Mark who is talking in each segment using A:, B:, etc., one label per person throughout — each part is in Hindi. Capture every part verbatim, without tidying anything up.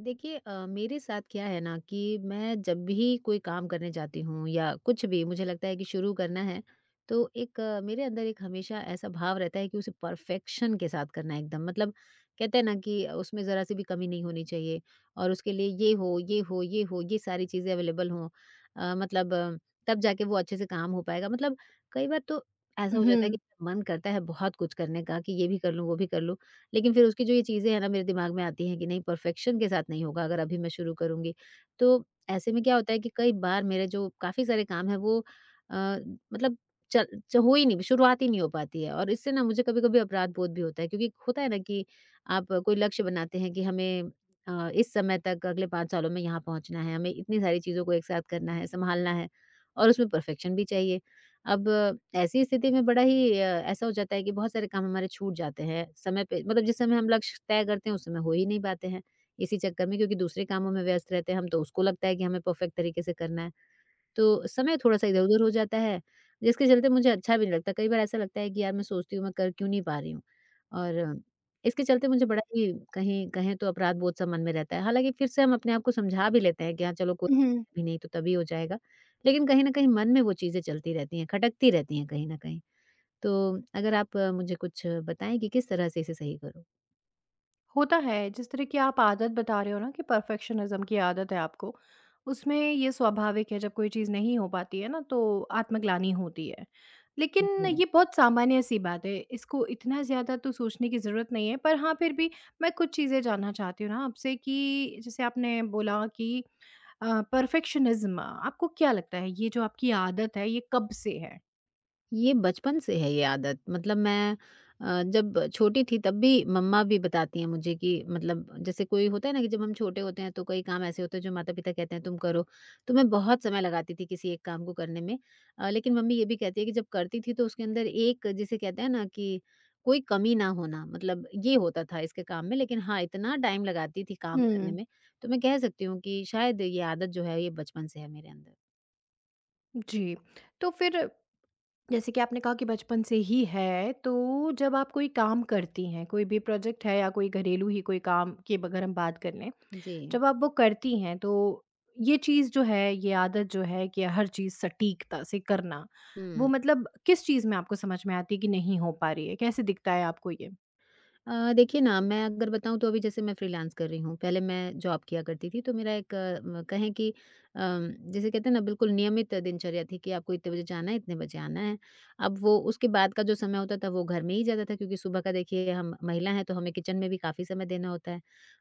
A: देखिए, अ, मेरे साथ क्या है ना कि मैं जब भी कोई काम करने जाती हूँ या कुछ भी मुझे लगता है कि शुरू करना है। तो एक अ, मेरे अंदर एक हमेशा ऐसा भाव रहता है कि उसे परफेक्शन के साथ करना है एकदम, मतलब कहते हैं ना कि उसमें ज़रा सी भी कमी नहीं होनी चाहिए। और उसके लिए ये हो ये हो ये हो ये सारी चीज़ें अवेलेबल हों, अ, मतलब अ, तब जाके वो अच्छे से काम हो पाएगा, मतलब कई बार तो ऐसा हो जाता है कि
B: हुँ।
A: मन करता है बहुत कुछ करने का कि ये भी कर लूँ वो भी कर लूँ। लेकिन फिर उसकी जो ये चीज़ें हैं ना मेरे दिमाग में आती हैं कि नहीं, परफेक्शन के साथ नहीं होगा अगर अभी मैं शुरू करूँगी। तो ऐसे में क्या होता है कि कई बार मेरे जो काफ़ी सारे काम हैं वो अ, मतलब चल च हो ही नहीं, शुरुआत ही नहीं हो पाती है। और इससे ना मुझे कभी-कभी अपराध बोध भी होता है क्योंकि होता है ना कि आप कोई लक्ष्य बनाते हैं कि हमें अ, इस समय तक अगले पाँच सालों में यहाँ पहुँचना है, हमें इतनी सारी चीज़ों को एक साथ करना है, सँभालना है और उसमें परफेक्शन भी चाहिए। अब ऐसी स्थिति में बड़ा ही अ, ऐसा हो जाता है कि बहुत सारे काम हमारे छूट जाते हैं समय पे, मतलब जिस समय हम लक्ष्य तय करते हैं उस समय हो ही नहीं पाते हैं। इसी चक्कर में क्योंकि दूसरे कामों में व्यस्त रहते हैं हम, तो उसको लगता है कि हमें परफेक्ट तरीके से करना है, तो समय थोड़ा-सा इधर-उधर हो जाता है, जिसके चलते मुझे अच्छा भी नहीं लगता। कई बार ऐसा लगता है कि यार, मैं सोचती हूँ मैं कर क्यों नहीं पा रही हूँ। और इसके चलते मुझे बड़ा ही, कहीं कहें तो, अपराध बोध सा मन में रहता है। हालाँकि फिर से हम अपने आप को समझा भी लेते हैं कि हाँ, चलो कोई
B: हुँ।
A: अभी नहीं तो तभी हो जाएगा। लेकिन कहीं न कहीं मन में वो चीज़ें चलती रहती हैं, खटकती रहती हैं कहीं न कहीं। तो अगर आप अ, मुझे कुछ बताएँ कि किस तरह से इसे सही करूँ?
B: होता है, जिस तरह की आप आदत बता रहे हो ना कि परफेक्शनिज़्म की आदत है आपको, उसमें ये स्वाभाविक है जब कोई चीज़ नहीं हो पाती है ना तो आत्मग्लानि होती है। लेकिन
A: जी।
B: ये बहुत सामान्य-सी बात है, इसको इतना ज़्यादा तो सोचने की ज़रूरत नहीं है, पर हाँ, फिर भी मैं कुछ चीज़ें जानना चाहती हूँ ना आपसे कि जैसे आपने बोला कि अ, परफेक्शनिज़्म आपको क्या लगता है, ये जो आपकी आदत है, ये कब से है?
A: ये बचपन से है ये आदत, मतलब मैं अ, जब छोटी थी तब भी मम्मा भी बताती हैं मुझे कि, मतलब जैसे कोई होता है ना कि जब हम छोटे होते हैं तो कई काम ऐसे होते हैं जो माता पिता कहते हैं तुम करो, तो मैं बहुत समय लगाती थी किसी एक काम को करने में। अ, लेकिन मम्मी ये भी कहती है कि जब करती थी तो उसके अंदर एक, जिसे कहते हैं ना कि कोई कमी ना होना, मतलब ये होता था इसके काम में। लेकिन हाँ, इतना टाइम लगाती थी काम करने
B: हुँ।
A: में। तो मैं कह सकती हूँ कि शायद ये आदत जो है ये बचपन से है मेरे अंदर।
B: जी, तो फिर जैसे कि आपने कहा कि बचपन से ही है, तो जब आप कोई काम करती हैं, कोई भी प्रोजेक्ट है या कोई घरेलू ही कोई काम की अगर हम बात कर लें,
A: जी।
B: जब आप वो करती हैं तो ये चीज़ जो है, ये आदत जो है कि हर चीज़ सटीकता से करना, वो
A: हम्म।
B: मतलब किस चीज़ में आपको समझ में आती है कि नहीं हो पा रही है? कैसे दिखता है आपको ये?
A: अ, देखिए ना, मैं अगर बताऊँ तो अभी जैसे मैं फ्रीलांस कर रही हूँ। पहले मैं जॉब किया करती थी, तो मेरा एक अ, म कहें कि अम, जिसे कहते हैं ना, बिल्कुल नियमित दिनचर्या थी कि आपको इतने बजे जाना है, इतने बजे आना है। अब वो उसके बाद का जो समय होता था वो घर में ही जाता था क्योंकि सुबह का, देखिए, हम महिला हैं तो हमें किचन में भी काफ़ी समय देना होता है।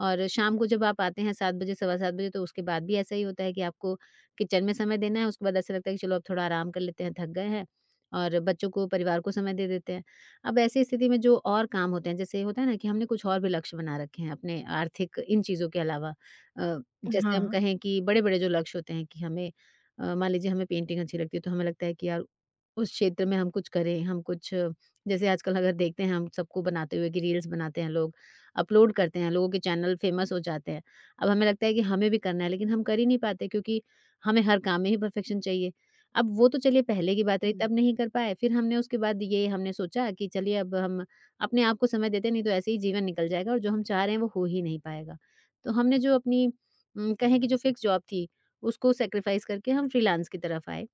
A: और शाम को जब आप आते हैं सात बजे, सवा सात बजे, तो उसके बाद भी ऐसा ही होता है कि आपको किचन में समय देना है। उसके बाद ऐसा लगता है कि चलो अब थोड़ा आराम कर लेते हैं, थक गए हैं, और बच्चों को, परिवार को समय दे देते हैं। अब ऐसी स्थिति में जो और काम होते हैं, जैसे होता है ना कि हमने कुछ और भी लक्ष्य बना रखे हैं अपने आर्थिक इन चीज़ों के अलावा। अ, जैसे हम
B: हाँ।
A: कहें कि बड़े-बड़े जो लक्ष्य होते हैं कि हमें अ, मान लीजिए हमें पेंटिंग अच्छी लगती है तो हमें लगता है कि यार, उस क्षेत्र में हम कुछ करें, हम कुछ, अ, जैसे आजकल अगर देखते हैं हम सबको बनाते हुए कि रील्स बनाते हैं लोग, अपलोड करते हैं, लोगों के चैनल फेमस हो जाते हैं। अब हमें लगता है कि हमें भी करना है, लेकिन हम कर ही नहीं पाते क्योंकि हमें हर काम में ही परफेक्शन चाहिए। अब वो तो चलिए पहले की बात रही,
B: हुँ,
A: तब नहीं कर पाए। फिर हमने उसके बाद ये हमने सोचा कि चलिए अब हम अपने आप को समय देते हैं, नहीं तो ऐसे ही जीवन निकल जाएगा और जो हम चाह रहे हैं वो हो ही नहीं पाएगा। तो हमने जो अपनी उम, कहें कि जो फिक्स जॉब थी उसको सैक्रिफाइस करके हम फ्रीलांस की तरफ आए।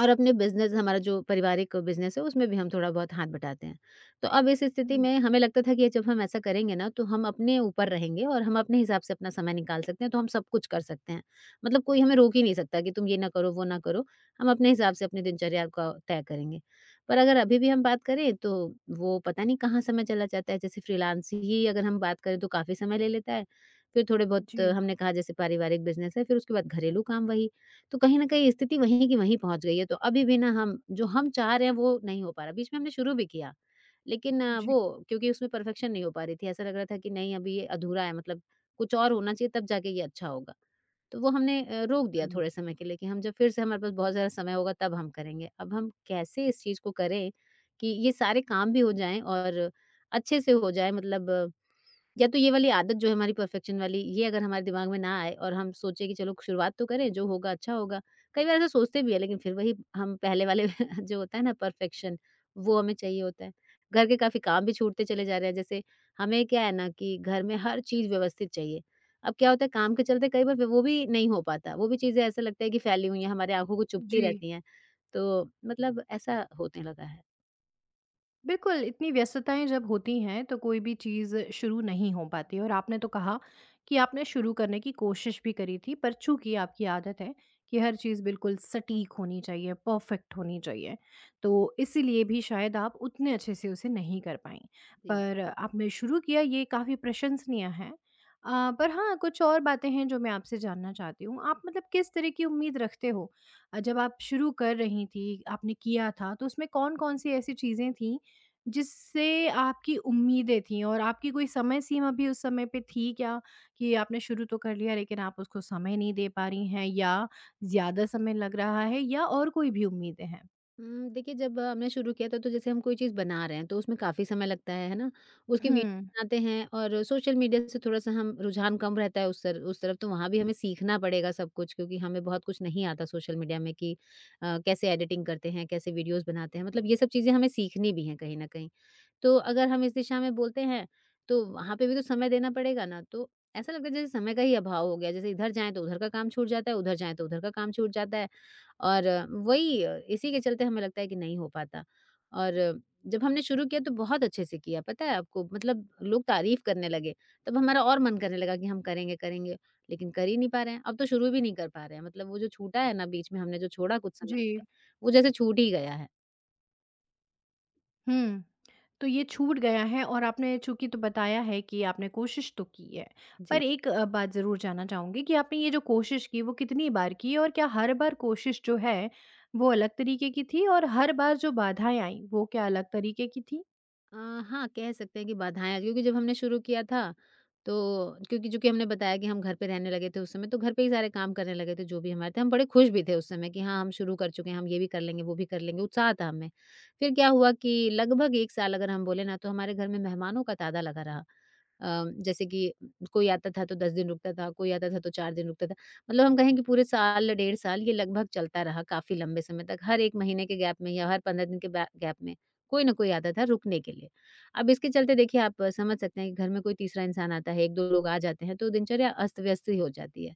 A: और अपने बिज़नेस, हमारा जो पारिवारिक बिज़नेस है, उसमें भी हम थोड़ा बहुत हाथ बटाते हैं। तो अब इस स्थिति
B: हुँ।
A: में हमें लगता था कि जब हम ऐसा करेंगे ना, तो हम अपने ऊपर रहेंगे और हम अपने हिसाब से अपना समय निकाल सकते हैं, तो हम सब कुछ कर सकते हैं। मतलब कोई हमें रोक ही नहीं सकता कि तुम ये ना करो, वो ना करो। हम अपने हिसाब से अपनी दिनचर्या को तय करेंगे। पर अगर अभी भी हम बात करें, तो वो पता नहीं कहाँ समय चला जाता है। जैसे फ्रीलांस ही अगर हम बात करें, तो काफ़ी समय ले लेता है। फिर थोड़े बहुत, अ,
B: जी,
A: हमने कहा जैसे पारिवारिक बिज़नेस है, फिर उसके बाद घरेलू काम वही। तो कहीं न कहीं स्थिति वहीं की वहीं पहुँच गई है, तो अभी भी ना हम जो हम चाह रहे हैं वो नहीं हो पा रहा। बीच में हमने शुरू भी किया, लेकिन आ,
B: जी,
A: वो क्योंकि उसमें परफेक्शन नहीं हो पा रही थी, ऐसा लग रहा था कि नहीं, अभी ये अधूरा है, मतलब कुछ और होना चाहिए तब जाके ये अच्छा होगा। तो वो हमने अ, रोक दिया
B: हुँ,
A: थोड़े समय के लिए कि हम जब फिर से, हमारे पास बहुत ज़्यादा समय होगा तब हम करेंगे। अब हम कैसे इस चीज़ को करें कि ये सारे काम भी हो जाएँ और अच्छे से हो जाए, मतलब या तो ये वाली आदत जो है हमारी परफेक्शन वाली, ये अगर हमारे दिमाग में ना आए और हम सोचे कि चलो शुरुआत तो करें, जो होगा अच्छा होगा। कई बार ऐसा सोचते भी हैं लेकिन फिर वही हम पहले वाले जो होता है ना, परफेक्शन, वो हमें चाहिए होता है। घर के काफ़ी काम भी छूटते चले जा रहे हैं, जैसे हमें क्या है ना कि घर में हर चीज़ व्यवस्थित चाहिए। अब क्या होता है, काम के चलते कई बार वो भी नहीं हो पाता। वो भी चीज़ें ऐसा लगता है कि फैली हुई हैं, हमारी आँखों को चुभती
B: जी।
A: रहती हैं। तो मतलब ऐसा होने लगा है।
B: बिल्कुल, इतनी व्यस्तताएँ जब होती हैं तो कोई भी चीज़ शुरू नहीं हो पाती है और आपने तो कहा कि आपने शुरू करने की कोशिश भी करी थी, पर चूँकि आपकी आदत है कि हर चीज़ बिल्कुल सटीक होनी चाहिए, परफ़ेक्ट होनी चाहिए, तो इसीलिए भी शायद आप उतने अच्छे से उसे नहीं कर पाईं।
A: जी।
B: पर आपने शुरू किया, ये काफ़ी प्रशंसनीय है। अ, पर हाँ, कुछ और बातें हैं जो मैं आपसे जानना चाहती हूँ। आप मतलब किस तरह की उम्मीद रखते हो? अ, जब आप शुरू कर रही थी, आपने किया था, तो उसमें कौन-कौन सी ऐसी चीज़ें थी जिससे आपकी उम्मीदें थीं, और आपकी कोई समय सीमा भी उस समय पे थी क्या? कि आपने शुरू तो कर लिया, लेकिन आप उसको समय नहीं दे पा रही हैं, या ज़्यादा समय लग रहा है, या और कोई भी उम्मीदें हैं?
A: उम, देखिए, जब अ, हमने शुरू किया था तो जैसे हम कोई चीज़ बना रहे हैं तो उसमें काफ़ी समय लगता है, है ना? उसकी वीडियो
B: हुँ।
A: बनाते हैं, और सोशल मीडिया से थोड़ा-सा हम, रुझान कम रहता है उस तर उस तरफ, तो वहाँ भी हमें सीखना पड़ेगा सब कुछ क्योंकि हमें बहुत कुछ नहीं आता सोशल मीडिया में कि अ, कैसे एडिटिंग करते हैं, कैसे वीडियोज़ बनाते हैं, मतलब ये सब चीज़ें हमें सीखनी भी हैं कहीं न कहीं। तो अगर हम इस दिशा में बोलते हैं तो वहाँ पे भी तो समय देना पड़ेगा ना, तो ऐसा लगता है जैसे समय का ही अभाव हो गया, जैसे इधर जाएँ तो उधर का काम छूट जाता है, उधर जाएँ तो उधर का काम छूट जाता है। और अ, वही अ, इसी के चलते हमें लगता है कि नहीं हो पाता। और अ, जब हमने शुरू किया तो बहुत अच्छे से किया, पता है आपको, मतलब लोग तारीफ करने लगे, तब हमारा और मन करने लगा कि हम करेंगे करेंगे। लेकिन कर ही नहीं पा रहे हैं, अब तो शुरू भी नहीं कर पा रहे हैं, मतलब वो जो छूटा है ना बीच में, हमने जो छोड़ा कुछ समय,
B: जी,
A: वो जैसे छूट ही गया है।
B: हुँ। तो ये छूट गया है, और आपने चूँकि तो बताया है कि आपने कोशिश तो की है।
A: जी।
B: पर एक अ, बात ज़रूर जानना चाहूँगी कि आपने ये जो कोशिश की, वो कितनी बार की, और क्या हर बार कोशिश जो है वो अलग तरीके की थी, और हर बार जो बाधाएँ आईं वो क्या अलग तरीके की थी?
A: अ, हाँ, कह सकते हैं कि बाधाएँ आई क्योंकि जब हमने शुरू किया था, तो क्योंकि, चूँकि हमने बताया कि हम घर पे रहने लगे थे उस समय, तो घर पे ही सारे काम करने लगे थे जो भी हमारे थे। हम बड़े खुश भी थे उस समय कि हाँ, हम शुरू कर चुके हैं, हम ये भी कर लेंगे, वो भी कर लेंगे, उत्साह था हमें। फिर क्या हुआ कि लगभग एक साल अगर हम बोले ना, तो हमारे घर में मेहमानों का ताँता लगा रहा। अ, जैसे कि कोई आता था तो दस दिन रुकता था, कोई आता था तो चार दिन रुकता था। मतलब हम कहें कि पूरे साल, डेढ़ साल ये लगभग चलता रहा काफ़ी लंबे समय तक, हर एक महीने के गैप में या हर पंद्रह दिन के बै गैप में। कोई ना कोई आता था रुकने के लिए। अब इसके चलते, देखिए, आप समझ सकते हैं कि घर में कोई तीसरा इंसान आता है, एक दो लोग आ जाते हैं, तो दिनचर्या अस्त-व्यस्त ही हो जाती है।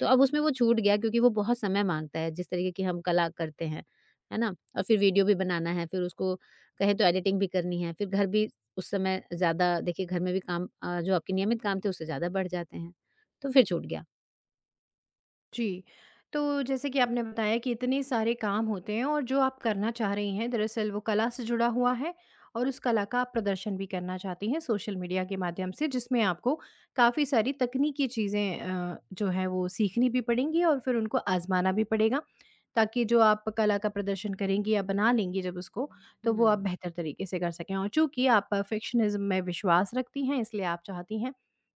A: तो अब उसमें वो छूट गया क्योंकि वो बहुत समय माँगता है, जिस तरीके की हम कला करते हैं, है ना? और फिर वीडियो भी बनाना है, फिर उसको कहें तो एडिटिंग भी करनी है, फिर घर भी, उस समय ज़्यादा, देखिए, घर में भी काम, अ, जो आपके नियमित काम थे उससे ज़्यादा बढ़ जाते हैं। तो फिर छूट गया।
B: जी। तो जैसे कि आपने बताया कि इतने सारे काम होते हैं, और जो आप करना चाह रही हैं दरअसल वो कला से जुड़ा हुआ है, और उस कला का आप प्रदर्शन भी करना चाहती हैं सोशल मीडिया के माध्यम से, जिसमें आपको काफ़ी सारी तकनीकी चीज़ें अ, जो है वो सीखनी भी पड़ेंगी, और फिर उनको आज़माना भी पड़ेगा, ताकि जो आप कला का प्रदर्शन करेंगी या बना लेंगी, जब उसको, तो वो आप
A: हुँ।
B: बेहतर तरीके से कर सकें। और चूँकि आप परफेक्शनिज़्म में विश्वास रखती हैं, इसलिए आप चाहती हैं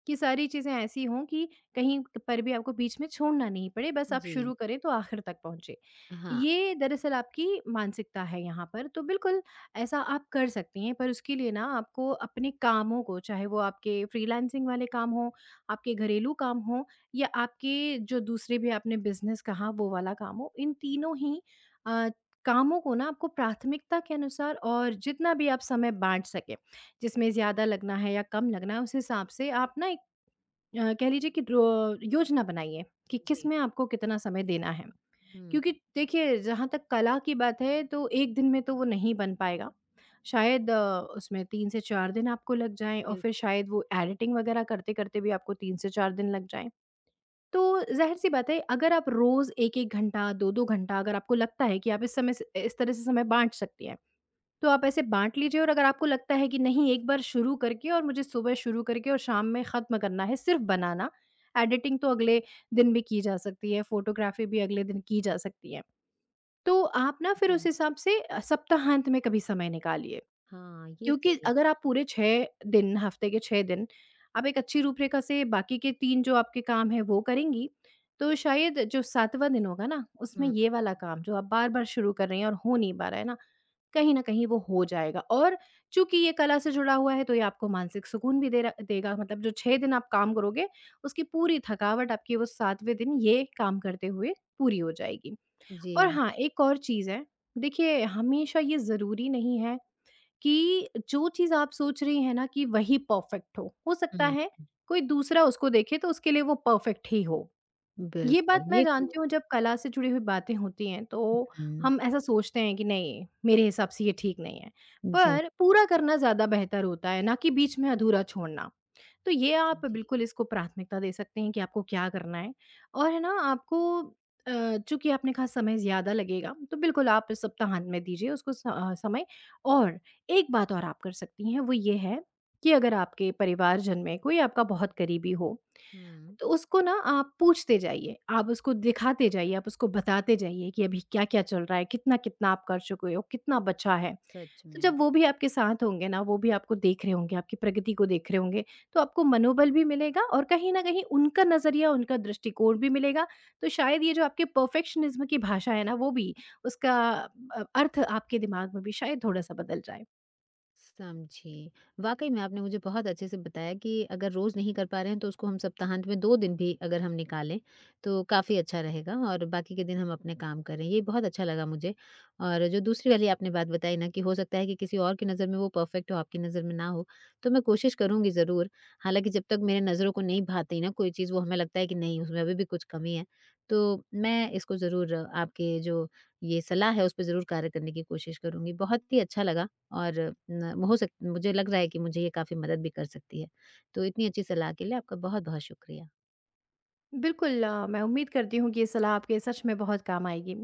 B: कि सारी चीज़ें ऐसी हों कि कहीं पर भी आपको बीच में छोड़ना नहीं पड़े, बस आप
A: जी।
B: शुरू करें तो आखिर तक पहुँचे।
A: हाँ।
B: ये दरअसल आपकी मानसिकता है यहाँ पर, तो बिल्कुल ऐसा आप कर सकती हैं, पर उसके लिए ना आपको अपने कामों को, चाहे वो आपके फ्रीलांसिंग वाले काम हों, आपके घरेलू काम हों, या आपके जो दूसरे भी आपने बिज़नेस कहा वो वाला काम हो, इन तीनों ही अ, कामों को ना आपको प्राथमिकता के अनुसार, और जितना भी आप समय बाँट सकें, जिसमें ज़्यादा लगना है या कम लगना है, उस हिसाब से आप ना एक अ, कह लीजिए कि ड्रो योजना बनाइए कि किस
A: जी।
B: में आपको कितना समय देना है।
A: हुँ।
B: क्योंकि देखिए जहाँ तक कला की बात है, तो एक दिन में तो वो नहीं बन पाएगा। शायद अ, उसमें तीन से चार दिन आपको लग जाएँ, और फिर
A: बिल्कुल।
B: शायद वो एडिटिंग वगैरह करते-करते भी आपको तीन से चार दिन लग जाएँ। तो ज़ाहिर-सी बात है, अगर आप रोज़ एक-एक घंटा, दो-दो घंटा, अगर आपको लगता है कि आप इस समय से इस तरह से समय बाँट सकती हैं, तो आप ऐसे बाँट लीजिए। और अगर आपको लगता है कि नहीं, एक बार शुरू करके, और मुझे सुबह शुरू करके और शाम में ख़त्म करना है सिर्फ़ बनाना, एडिटिंग तो अगले दिन भी की जा सकती है, फ़ोटोग्राफ़ी भी अगले दिन की जा सकती है। तो आप ना फिर उस
A: जी।
B: हिसाब से अ, सप्ताहांत में कभी समय निकालिए।
A: हाँ, ये
B: क्योंकि
A: सही है।
B: अगर आप पूरे छह दिन, हफ़्ते के छह दिन, आप एक अच्छी रूपरेखा से बाकी के तीन जो आपके काम हैं वो करेंगी, तो शायद जो सातवाँ दिन होगा ना, उसमें
A: हुँ।
B: ये वाला काम जो आप बार-बार शुरू कर रही हैं और हो नहीं पा रहा है ना, कहीं न कहीं वो हो जाएगा। और चूँकि ये कला से जुड़ा हुआ है, तो ये आपको मानसिक सुकून भी दे र देगा, मतलब जो छह दिन आप काम करोगे, उसकी पूरी थकावट आपकी वो सातवें दिन ये काम करते हुए पूरी हो जाएगी।
A: जी।
B: और हाँ, एक और चीज़ है, देखिए हमेशा ये ज़रूरी नहीं है कि जो चीज़ आप सोच रही हैं ना कि वही परफ़ेक्ट हो। हो सकता
A: हुँ।
B: है कोई दूसरा उसको देखे तो उसके लिए वो परफ़ेक्ट ही हो। ये
A: बिल्कुल,
B: बात मैं
A: ये तो।
B: जानती हूँ, जब कला से जुड़ी हुई बातें होती हैं, तो
A: हुँ।
B: हम ऐसा सोचते हैं कि नहीं, मेरे हिसाब से ये ठीक नहीं है।
A: जी।
B: पर पूरा करना ज़्यादा बेहतर होता है, ना कि बीच में अधूरा छोड़ना। तो ये आप
A: जी।
B: बिल्कुल इसको प्राथमिकता दे सकते हैं कि आपको क्या करना है, और है ना आपको अ, चूंकि आपने कहा समय ज़्यादा लगेगा, तो बिल्कुल आप इस सप्ताहांत में दीजिए उसको स- अ, समय। और एक बात और आप कर सकती हैं, वो ये है कि अगर आपके परिवारजन में कोई आपका बहुत करीबी हो,
A: हुँ।
B: तो उसको ना आप पूछते जाइए, आप उसको दिखाते जाइए, आप उसको बताते जाइए कि अभी क्या क्या चल रहा है, कितना कितना आप कर चुके हो, कितना बचा है।
A: सच
B: तो
A: में।
B: जब वो भी आपके साथ होंगे ना, वो भी आपको देख रहे होंगे, आपकी प्रगति को देख रहे होंगे, तो आपको मनोबल भी मिलेगा, और कहीं न कहीं उनका नज़रिया, उनका दृष्टिकोण भी मिलेगा। तो शायद ये जो आपके परफ़ेक्शनिज़्म की भाषा है ना, वो भी उसका अ, अर्थ आपके दिमाग में भी शायद थोड़ा-सा बदल जाए।
A: समझी। वाक़ई में आपने मुझे बहुत अच्छे से बताया कि अगर रोज़ नहीं कर पा रहे हैं तो उसको हम सप्ताहांत में दो दिन भी अगर हम निकालें तो काफ़ी अच्छा रहेगा और बाकी के दिन हम अपने काम करें। ये बहुत अच्छा लगा मुझे। और जो दूसरी वाली आपने बात बताई ना कि हो सकता है कि किसी और की नज़र में वो परफ़ेक्ट हो, आपकी नज़र में ना हो, तो मैं कोशिश करूँगी ज़रूर। हालाँकि जब तक मेरे नज़रों को नहीं भाती ना कोई चीज़, वो हमें लगता है कि नहीं, उसमें अभी भी कुछ कमी है, तो मैं इसको ज़रूर आपके जो ये सलाह है उस पे ज़रूर कार्य करने की कोशिश करूँगी। बहुत ही अच्छा लगा। और न हो सक मुझे लग रहा है कि मुझे ये काफ़ी मदद भी कर सकती है। तो इतनी अच्छी सलाह के लिए आपका बहुत-बहुत शुक्रिया।
B: बिल्कुल, अ, मैं उम्मीद करती हूँ कि ये सलाह आपके सच में बहुत काम आएगी।